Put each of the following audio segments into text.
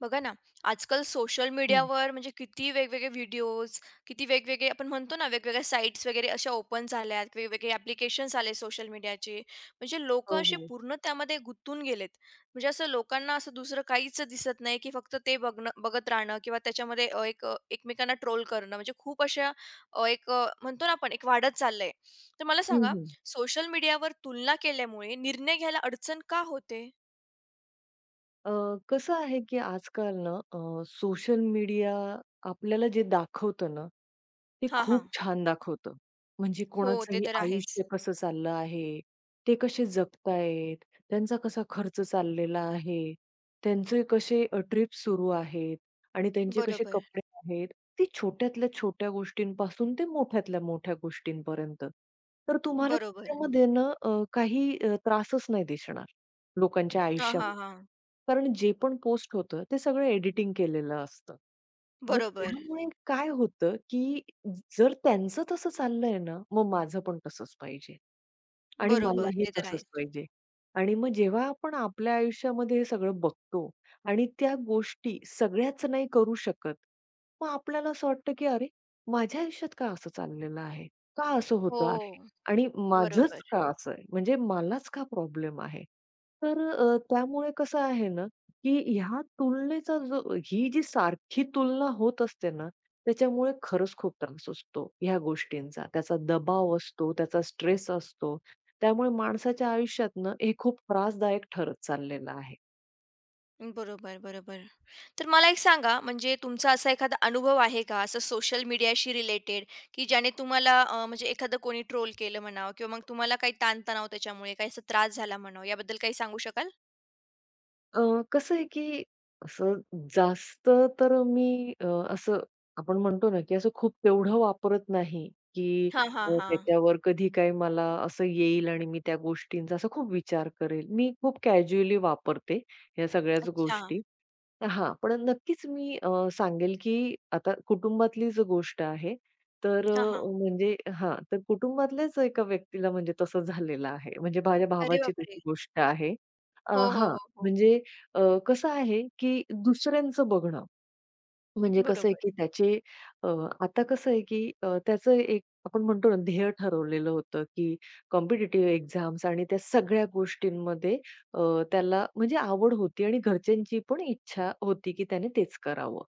बघा ना, आजकाल सोशल हं. मीडियावर म्हणजे किती वेगवेगळे व्हिडिओज, किती वेगवेगळे आपण म्हणतो ना, वेगवेगळ्या साइट्स वगैरे अशा ओपन झाल्यात, वेगवेगळे ॲप्लिकेशन्स आले सोशल मीडियाचे. म्हणजे लोकं हो, असे हो. पूर्ण त्यामध्ये गुंतून गेलेत. म्हणजे असं लोकांना असं दुसरं काहीच दिसत नाही, की फक्त ते बघणं बघत राहणं किंवा त्याच्यामध्ये एकमेकांना ट्रोल करणं. म्हणजे खूप अशा म्हणतो ना आपण एक वाढत चाललंय. तर मला हं, सांगा, हं. सोशल मीडियावर तुलना केल्यामुळे निर्णय घ्यायला अडचण का होते? अ, कसं आहे की आजकाल ना सोशल मीडिया आपल्याला जे दाखवतं ना, ते हां, हां. खूप छान दाखवतं. म्हणजे हो, ते कोणाचंही तर आहेच. आयुष्य कसं चाललं आहे, ते कसे जगतायत, त्यांचा कसा खर्च चाललेला आहे, त्यांचे कसे ट्रिप सुरू आहेत आणि त्यांचे कसे बरोबर. कपडे आहेत. ते छोट्यातल्या छोट्या गोष्टींपासून ते मोठ्यातल्या मोठ्या गोष्टींपर्यंत. तर तुम्हाला बरोबर. त्याच्यामध्ये ना काही त्रासच नाही दिसणार लोकांच्या हां, हां, आयुष्यामध्ये. हां. कारण जे पण पोस्ट होतं, ते सगळं एडिटिंग केलेलं असतं. मग हं. बरोबर, त्यामुळे काय होतं, की जर त्यांचं तसं चाललंय ना, मग माझं पण तसंच पाहिजे. आणि बरोबर. बरोबर. मलाही ते तर तसंच आहेच. पाहिजे. आणि मग जेव्हा आपण आपल्या आयुष्यामध्ये हे सगळं बघतो आणि त्या गोष्टी सगळ्याच नाही करू शकत. मग आपल्याला असं वाटतं, की "अरे, माझ्या आयुष्यात का असं चाललेलं आहे? का असं होतं आहे? हो, आणि माझंच बरोबर, का असं आहे? म्हणजे मलाच का प्रॉब्लेम आहे?" तर त्यामुळे कसं आहे ना, की ह्या तुलनेचा जो ही जी सारखी तुलना होत असते ना, त्याच्यामुळे खरंच खूप त्रास असतो ह्या गोष्टींचा. त्याचा दबाव असतो, त्याचा स्ट्रेस असतो. त्यामुळे माणसाच्या आयुष्यातनं हे खूप त्रासदायक ठरत चाललेलं आहे. बरोबर, बरोबर. तर मला एक सांगा, म्हणजे तुमचा असा एखादा अनुभव आहे का, असं सोशल मीडियाशी रिलेटेड, की ज्याने तुम्हाला म्हणजे एखादं कोणी ट्रोल केलं म्हणावं किंवा मग तुम्हाला काही ताणतणाव त्याच्यामुळे, काही असा त्रास झाला म्हणावं, याबद्दल काही सांगू शकाल? अ, कसं आहे, की असं जास्त तर मी असं आपण म्हणतो ना, की असं खूप तेवढं वापरत नाही, की हां, हां, हां. त्याच्यावर कधी काही मला असं येईल आणि मी त्या गोष्टींचा असा खूप विचार करेल. मी खूप कॅज्युअली वापरते ह्या सगळ्याच अच्छा. गोष्टी. हां, पण नक्कीच मी सांगेल, की आता कुटुंबातली जी गोष्ट आहे, तर हां, हां. म्हणजे हां, तर कुटुंबातल्याच एका व्यक्तीला म्हणजे तसं झालेलं आहे. म्हणजे माझ्या अरे भावाची बापरे! तशी गोष्ट आहे. हो, हो, हां, हो, हो. म्हणजे अ, कसं आहे, की दुसऱ्यांचं बघणं. म्हणजे कसं आहे, बरोबर. की त्याचे अ, आता कसं आहे, की त्याचं एक आपण म्हणतो ना ध्येय ठरवलेलं होतं, की कॉम्पिटिटिव्ह एक्झाम्स आणि त्या सगळ्या गोष्टींमध्ये अ, त्याला म्हणजे आवड होती आणि घरच्यांची पण इच्छा होती, की त्याने तेच करावं.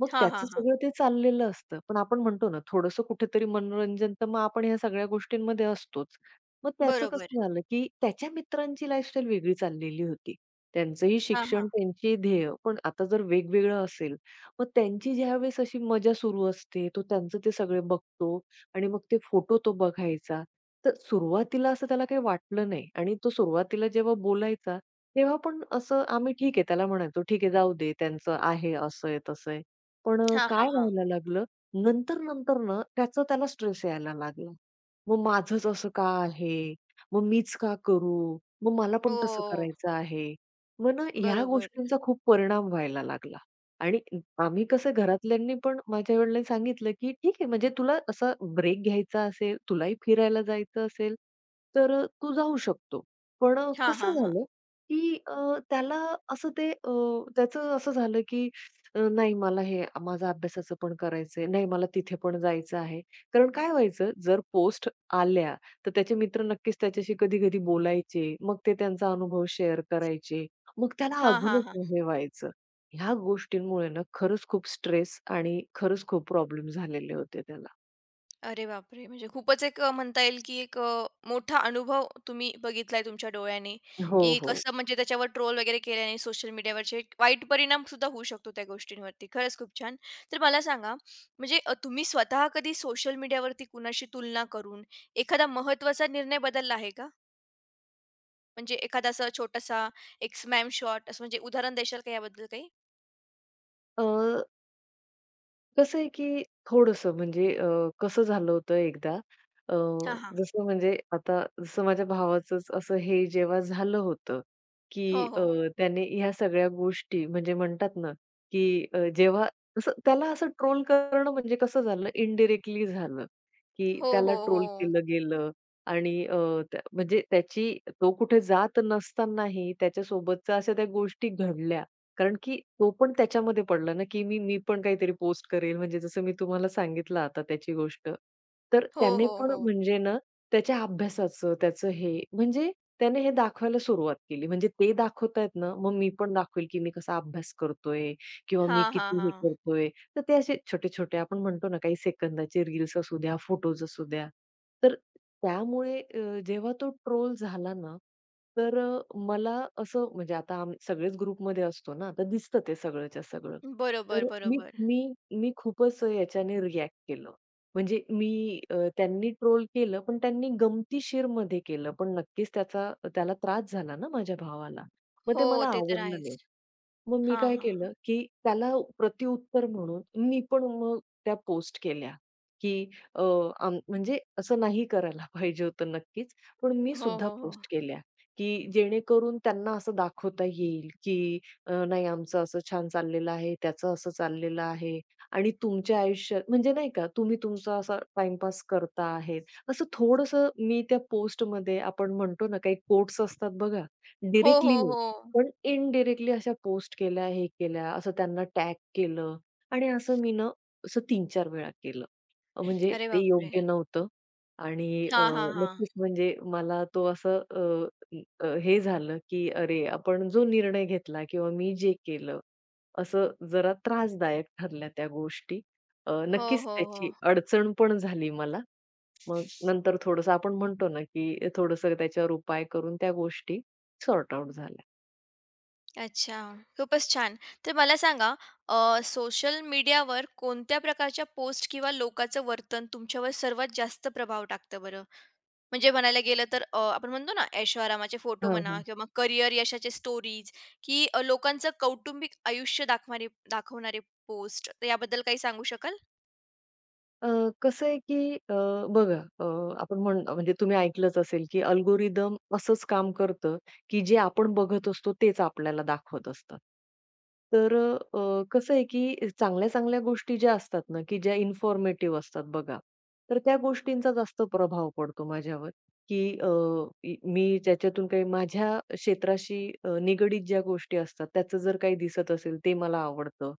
मग हां, हां, त्याचं हां. सगळं ते चाललेलं असतं. पण आपण म्हणतो ना थोडंसं कुठेतरी मनोरंजन तर मग आपण ह्या सगळ्या गोष्टींमध्ये असतोच. मग त्याचं बरोबर. कसं झालं, की त्याच्या मित्रांची लाईफस्टाईल वेगळी चाललेली होती. त्यांचंही हां, हां. शिक्षण, त्यांची ध्येय. पण आता जर वेगवेगळं असेल, मग त्यांची ज्यावेळेस अशी मजा सुरू असते, तो त्यांचं ते सगळे बघतो आणि मग ते फोटो तो बघायचा. तर सुरुवातीला असं त्याला काही वाटलं नाही आणि तो सुरुवातीला जेव्हा बोलायचा, तेव्हा पण असं आम्ही ठीक आहे त्याला म्हणायचो, "ठीक आहे जाऊ दे त्यांचं आहे, असं आहे, तसं आहे." पण हां, हां, काय हां. व्हायला लागलं, नंतर-नंतर ना त्याचा त्याला स्ट्रेस यायला लागला. मग माझंच असं का आहे? मग मीच का करू? मग मला पण तसं हो, करायचं आहे. मग ना ह्या बरोबर. गोष्टींचा खूप परिणाम व्हायला लागला. आणि आम्ही कसं घरातल्यांनी पण माझ्या आई-वडिलांनी सांगितलं, की "ठीक आहे, म्हणजे तुला असा ब्रेक घ्यायचा असेल, तुलाही फिरायला जायचं असेल, तर तू जाऊ शकतो." पण हां, कसं हां, हां. झालं, की त्याला असं ते अ, त्याचं असं झालं, की "नाही मला हे माझा अभ्यासाचं पण करायचंय. नाही मला तिथे पण जायचं आहे." कारण काय व्हायचं, जर पोस्ट आल्या, तर त्याचे मित्र नक्कीच त्याच्याशी कधी-कधी बोलायचे. मग ते त्यांचा अनुभव शेअर करायचे. मग त्याला हां, हां, अजूनच हां. हे व्हायचं. ह्या गोष्टींमुळे ना खरंच खूप स्ट्रेस आणि खरंच खूप प्रॉब्लेम झालेले होते त्याला. अरे बापरे! म्हणजे खूपच म्हणता येईल, की मोठा अनुभव तुम्ही बघितलाय तुमच्या डोळ्याने, हो, की हो. कसं म्हणजे त्याच्यावर ट्रोल वगैरे केल्याने सोशल मीडियावरचे वाईट परिणाम सुद्धा होऊ शकतो त्या गोष्टींवरती. खरंच खूप छान. तर मला सांगा, म्हणजे तुम्ही स्वतः कधी सोशल मीडियावरती कुणाशी तुलना करून एखादा महत्त्वाचा निर्णय बदलला आहे का? म्हणजे एखादा असा छोटासा एक स्मॅम शॉट असं म्हणजे उदाहरण देशाल का याबद्दल काही? अ, कसं आहे, की थोडंसं म्हणजे कसं झालं होतं एकदा अ, हां, हां. जसं म्हणजे आता जसं माझ्या भावाचंच असं हे जेव्हा झालं होतं, हो, की हो. त्याने ह्या सगळ्या गोष्टी म्हणजे म्हणतात ना, की जेव्हा असं त्याला असं ट्रोल करणं म्हणजे कसं झालं इनडायरेक्टली झालं, की हो, त्याला हो, ट्रोल हो. केलं गेलं आणि त्या म्हणजे त्याची तो कुठे जात नसतानाही त्याच्यासोबतच्या अशा त्या गोष्टी घडल्या कारण की तो पण त्याच्यामध्ये पडला ना, की मी मी पण काहीतरी पोस्ट करेल, म्हणजे जसं मी तुम्हाला सांगितलं आता त्याची गोष्ट. तर हो, त्याने हो, पण हो. म्हणजे ना, त्याच्या अभ्यासाचं, त्याचं हे, म्हणजे त्याने हे दाखवायला सुरुवात केली. म्हणजे ते दाखवतायत ना, मग मी पण दाखवेल, की मी कसा अभ्यास करतोय किंवा मी हां, हां, किती हे हां. करतोय. तर ते असे छोटे-छोटे आपण म्हणतो ना, काही सेकंदाचे रील्स असू द्या, फोटोज असू द्या. तर त्यामुळे जेव्हा तो ट्रोल झाला ना तर मला असं म्हणजे आता आम्ही सगळेच ग्रुपमध्ये असतो ना, तर दिसतं ते सगळंच्या सगळं. बरोबर, तर मी बरोबर. मी मी खूपच याच्याने रिएक्ट केलं. म्हणजे मी त्यांनी ट्रोल केलं, पण त्यांनी गमतीशीरमध्ये केलं. पण नक्कीच त्याचा त्याला त्रास झाला ना माझ्या भावाला. मग हो, ते मला ते तर आवडलं आहेच. नाही. मग मी हां, काय हां. केलं, की त्याला प्रत्युत्तर म्हणून मी पण मग त्या पोस्ट केल्या, की अ, आम म्हणजे असं नाही करायला पाहिजे होतं नक्कीच, पण मी हो, सुद्धा हो, हो. पोस्ट केल्या, की जेणेकरून त्यांना असं दाखवता येईल, की नाही आमचं असं छान चाललेलं आहे, त्याचं असं चाललेलं आहे आणि तुमच्या आयुष्यात म्हणजे नाही का तुम्ही तुमचा असा टाईमपास करता आहेत. असं थोडंसं मी त्या पोस्टमध्ये आपण म्हणतो ना, काही कोट्स असतात बघा, हो, हो, डायरेक्टली हो. पण इनडायरेक्टली अशा पोस्ट केल्या, हे केल्या, असं त्यांना टॅग केलं आणि असं मी ना असं 3-4 वेळा केलं. म्हणजे अरे ते बापरे! योग्य नव्हतं आणि हां, हां, हां. नक्कीच म्हणजे मला तो असं अ, अ, हे झालं, की अरे आपण जो निर्णय घेतला किंवा मी जे केलं, असं जरा त्रासदायक ठरल्या त्या गोष्टी. हो, नक्कीच हो, हो. त्याची अडचण पण झाली मला. मग नंतर थोडंसं आपण म्हणतो ना, की थोडंसं त्याच्यावर उपाय करून त्या गोष्टी सॉर्ट आउट झाल्या. अच्छा, खूपच छान. तर मला सांगा सोशल मीडियावर कोणत्या प्रकारच्या पोस्ट किंवा लोकांचं वर्तन तुमच्यावर सर्वात जास्त प्रभाव टाकतं बरं? म्हणजे म्हणायला गेलं तर आपण म्हणतो ना ऐशोआरामाचे फोटो हां, म्हणा हां. किंवा मग करिअर यशाचे स्टोरीज की लोकांचं कौटुंबिक आयुष्य दाखवणारे दाखवणारे पोस्ट, तर याबद्दल काही सांगू शकाल? अ, कसं आहे, की बघा अ, आपण म्हणजे तुम्ही ऐकलंच असेल, की अल्गोरिदम असंच काम करतं, की जे आपण बघत असतो तेच आपल्याला दाखवत असतं. तर अ, अ, कसं आहे, की चांगल्या-चांगल्या गोष्टी ज्या असतात ना, की ज्या इन्फॉर्मेटिव्ह असतात बघा, तर त्या गोष्टींचा जास्त प्रभाव पडतो माझ्यावर, की अ, इ मी त्याच्यातून काही माझ्या क्षेत्राशी निगडीत ज्या गोष्टी असतात त्याचं जर काही दिसत असेल ते मला आवडतं.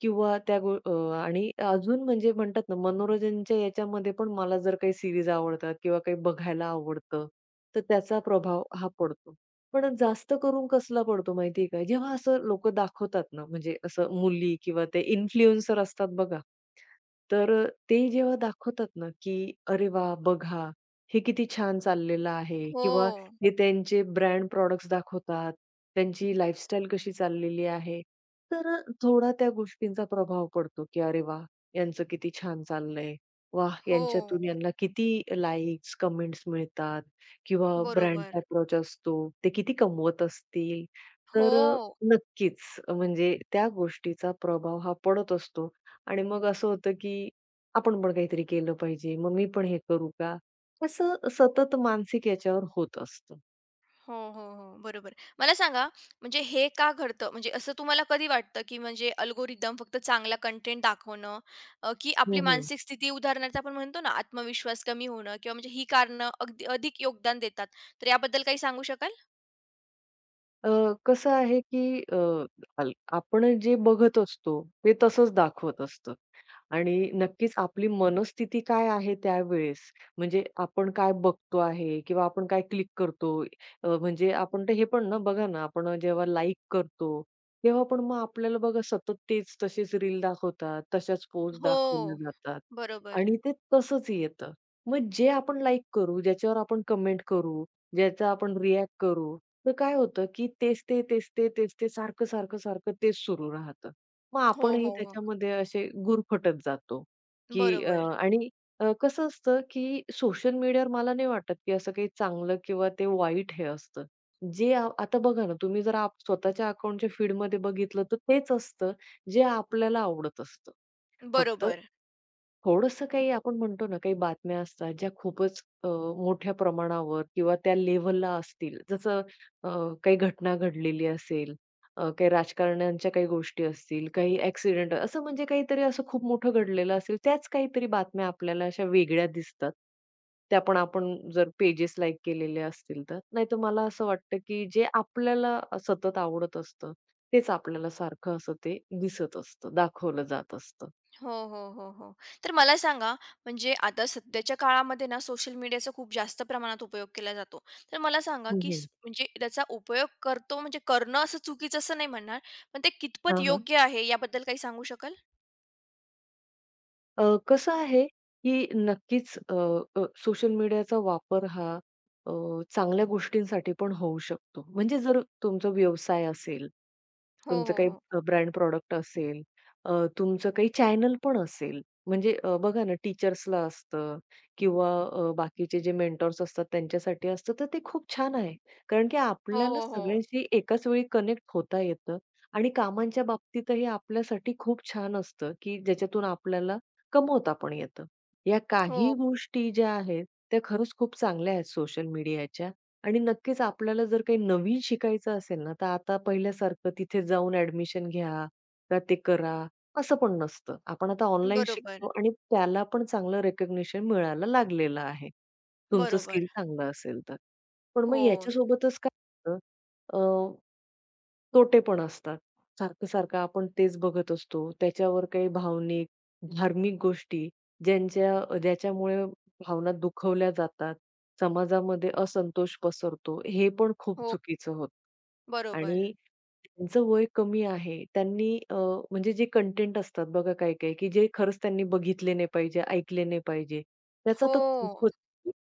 किंवा त्या गो अ, आणि अजून म्हणजे म्हणतात ना, मनोरंजनच्या याच्यामध्ये पण मला जर काही सीरीज आवडतात किंवा काही बघायला आवडतं, तर त्याचा प्रभाव हा पडतो. पण जास्त करून कसला पडतो माहिती आहे का? जेव्हा असं लोकं दाखवतात ना, म्हणजे असं मुली किंवा ते इन्फ्लुएन्सर असतात बघा. तर ते जेव्हा दाखवतात ना, की "अरे वा, बघा, हे किती छान चाललेलं आहे" हो, किंवा हे त्यांचे ब्रँड प्रॉडक्ट्स दाखवतात, त्यांची लाईफस्टाईल कशी चाललेली आहे. तर थोडा त्या गोष्टींचा प्रभाव पडतो, की "अरे वाह! यांचं किती छान चाललंय. वाह! हो. यांच्यातून यांना किती लाइक्स, कमेंट्स मिळतात किंवा ब्रँड बरोबर. अप्रोच असतो, ते किती कमवत असतील." तर हो. नक्कीच म्हणजे त्या गोष्टीचा प्रभाव हा पडत असतो. आणि मग असं होतं, की आपण पण काहीतरी केलं पाहिजे, मग मी पण हे करू का? असं सतत मानसिक याच्यावर होत असतं. हो, हो, हो. बरोबर. मला सांगा, म्हणजे हे का घडतं? म्हणजे असं तुम्हाला कधी वाटतं, की म्हणजे अल्गोरिदम फक्त चांगला कंटेंट दाखवणं, की आपली हो, हो. मानसिक स्थिती उदाहरणार्थ आपण म्हणतो ना, आत्मविश्वास कमी होणं किंवा म्हणजे ही कारणं अगदी अधिक योगदान देतात. तर याबद्दल काही सांगू शकाल? अ, कसं आहे, की अ, अल आपण जे बघत असतो, ते तसंच दाखवत असतं. आणि नक्कीच आपली मनस्थिती काय आहे त्यावेळेस, म्हणजे आपण काय बघतो आहे किंवा आपण काय क्लिक करतो. म्हणजे आपण ते हे पण ना बघा ना, आपण जेव्हा लाईक करतो, तेव्हा पण मग आपल्याला बघा सतत तेच तसेच रील दाखवतात, तशाच पोस्ट हो. दाखवल्या जातात बरोबर. आणि ते तसंच येतं. मग जे आपण लाईक करू, ज्याच्यावर आपण कमेंट करू, ज्याचा आपण रिॲक्ट करू, तर काय होतं की तेच ते, तेच ते, तेच ते सारखं, सारखं, सारखं तेच सुरू राहतं. मग हो, आपणही हो, हो. त्याच्यामध्ये असे गुरफटत जातो, की बरोबर. कसं असतं, की सोशल मीडियावर मला नाही वाटत, की असं काही चांगलं किंवा ते वाईट हे असतं. जे आ आता बघा ना, तुम्ही जर स्वतःच्या अकाउंटच्या फीडमध्ये बघितलं, तर तेच असतं, जे आपल्याला आवडत असतं. फक्त बरोबर. थोडंसं काही आपण म्हणतो ना, काही बातम्या असतात ज्या खूपच मोठ्या प्रमाणावर किंवा त्या लेव्हलला असतील. जसं अ, काही घटना घडलेली असेल, काही राजकारण्यांच्या काही गोष्टी असतील, काही ॲक्सिडेंट असं म्हणजे काहीतरी असं खूप मोठं घडलेलं असेल, त्याच काहीतरी बातम्या आपल्याला अशा वेगळ्या दिसतात. त्या पण आपण जर पेजेस लाईक केलेले असतील तर. नाहीतर मला असं वाटतं, की जे आपल्याला सतत आवडत असतं, तेच आपल्याला सारखं असं ते दिसत असतं, दाखवलं जात असतं. हो, हो, हो, हो. तर मला सांगा, म्हणजे आता सध्याच्या काळामध्ये ना सोशल मीडियाचा खूप जास्त प्रमाणात उपयोग केला जातो. तर मला सांगा, हं, की स हं. म्हणजे त्याचा उपयोग करतो म्हणजे करणं असं चुकीचं असं नाही म्हणणार, पण ते कितपत हां, योग्य आहे याबद्दल काही सांगू शकाल? कसं आहे, की नक्कीच सोशल मीडियाचा वापर हा अ, चांगल्या गोष्टींसाठी पण होऊ शकतो. म्हणजे जर तुमचा व्यवसाय असेल, हो, तुमचं हो, काही हो. ब्रँड प्रॉडक्ट असेल, अ, तुमचं काही चॅनल पण असेल. म्हणजे बघा ना टीचर्सला असतं किंवा बाकीचे जे मेंटॉर्स असतात त्यांच्यासाठी असतं, तर ते खूप छान आहे. कारण की हो, आपल्याला हो, हो. सगळ्यांशी एकाच वेळी कनेक्ट होता येतं आणि कामांच्या बाबतीतही आपल्यासाठी खूप छान असतं, की ज्याच्यातून आपल्याला कमवता पण येतं. या काही हो. गोष्टी ज्या आहेत, त्या खरंच खूप चांगल्या आहेत सोशल मीडियाच्या आणि नक्कीच आपल्याला जर काही नवीन शिकायचं असेल ना, तर आता पहिल्यासारखं तिथे जाऊन ॲडमिशन घ्या का ते करा, असं पण नसतं. आपण आता ऑनलाईन बरोबर. शिकतो आणि त्याला पण चांगलं रिकॉग्निशन मिळायला लागलेलं आहे. तुमचं बरोबर. स्किल चांगलं असेल तर. पण मग हो, याच्यासोबतच काय होतं तोटे पण असतात. सारखं-सारखं आपण तेच बघत असतो. त्याच्यावर काही भावनिक, धार्मिक गोष्टी ज्याच्यामुळे भावना दुखवल्या जातात. समाजामध्ये असंतोष पसरतो. हे पण खूप हो. चुकीचं होतं बरोबर. आणि त्यांचं वय कमी आहे. त्यांनी म्हणजे जे कंटेंट असतात बघा काही-काही, की जे खरंच त्यांनी बघितले नाही पाहिजे, ऐकले नाही पाहिजे. त्याचा हो. तर खूपच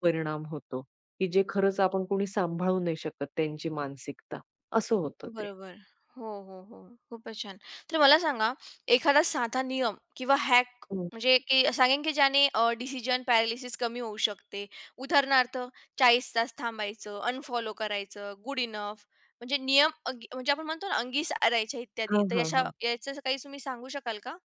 परिणाम होतो, की जे खरंच आपण कोणी सांभाळू नाही शकत त्यांची मानसिकता. असं होतं ते. बरोबर. हो, हो, हो. खूपच छान. तर मला सांगा, एखादा साधा नियम किंवा हॅक हं. म्हणजे की सांगेन की ज्याने डिसिजन पॅरालिसिस कमी होऊ शकते. उदाहरणार्थ 40 तास थांबायचं, अनफॉलो करायचं, गुड इनफ म्हणजे नियम अंगी म्हणजे आपण म्हणतो ना, अंगी सारायच्या इत्यादी. हां, तर हां, याच्या हां. याचं काही तुम्ही सांगू शकाल का?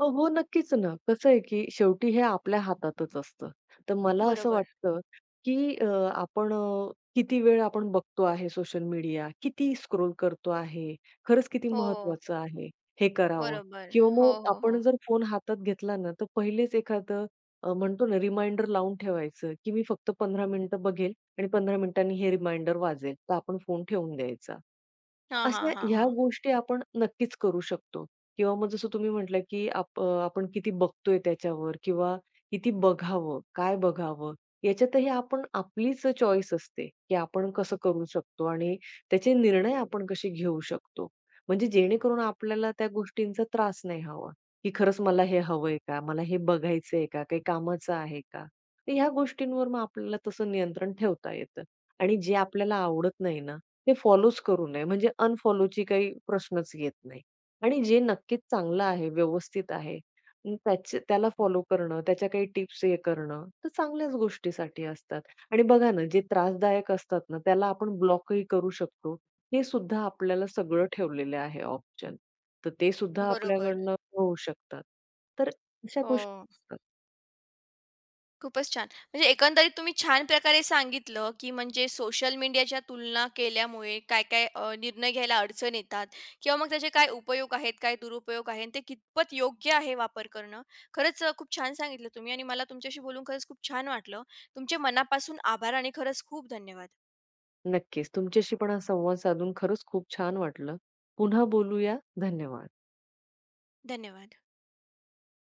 हो, हो, नक्कीच ना. कसं आहे, की शेवटी हे आपल्या हातातच असतं. तर मला असं बरोबर. वाटतं, की आपण किती वेळ आपण बघतो आहे सोशल मीडिया, किती स्क्रोल करतो आहे, खरंच किती हो, हो. महत्वाचं आहे हे करावं बरोबर. किंवा हो, मग हो, हो. आपण जर फोन हातात घेतला ना, तर पहिलेच एखादं म्हणतो ना रिमाइंडर लावून ठेवायचं, की मी फक्त 15 मिनिटं बघेल आणि 15 मिनिटांनी हे रिमाइंडर वाजेल. तर आपण फोन ठेवून द्यायचा. हां, हां, अशा हां, ह्या हां. गोष्टी आपण नक्कीच करू शकतो किंवा मग जसं तुम्ही म्हटलं, की आपण किती बघतोय त्याच्यावर किंवा किती बघावं, काय बघावं, याच्यातही आपण आपलीच चॉईस असते, की आपण कसं करू शकतो आणि त्याचे निर्णय आपण कसे घेऊ शकतो. म्हणजे जेणेकरून आपल्याला त्या गोष्टींचा त्रास नाही हवा, की खरंच मला हे हवंय का? मला हे बघायचंय का? काही कामाचं आहे का? तर ह्या गोष्टींवर मग आपल्याला तसं नियंत्रण ठेवता येतं आणि जे आपल्याला आवडत नाही ना, ते फॉलोच करू नये. म्हणजे अनफॉलोची काही प्रश्नच येत नाही. आणि जे नक्कीच चांगलं आहे, व्यवस्थित आहे, अं, त्याचे त्याला फॉलो करणं, त्याच्या काही टिप्स हे करणं, तर चांगल्याच गोष्टीसाठी असतात. आणि बघा ना, जे त्रासदायक असतात ना, त्याला आपण ब्लॉकही करू शकतो. हे सुद्धा आपल्याला सगळं ठेवलेलं आहे ऑप्शन. तर ते सुद्धा बरोबर. आपल्याकडनं होऊ शकतात. तर अशा गोष्टी हो. असतात. खूपच छान. म्हणजे एकंदरीत तुम्ही छान प्रकारे सांगितलं, की म्हणजे सोशल मीडियाच्या तुलना केल्यामुळे काय-काय निर्णय घ्यायला अडचण येतात किंवा मग त्याचे काय उपयोग आहेत, काय दुरुपयोग आहे आणि ते कितपत योग्य आहे वापर करणं. खरंच खूप छान सांगितलं तुम्ही आणि मला तुमच्याशी बोलून खरंच खूप छान वाटलं. तुमचे मनापासून आभार आणि खरंच खूप धन्यवाद. नक्कीच. तुमच्याशी पण हा संवाद साधून खरंच खूप छान वाटलं. पुन्हा बोलूया. धन्यवाद. धन्यवाद.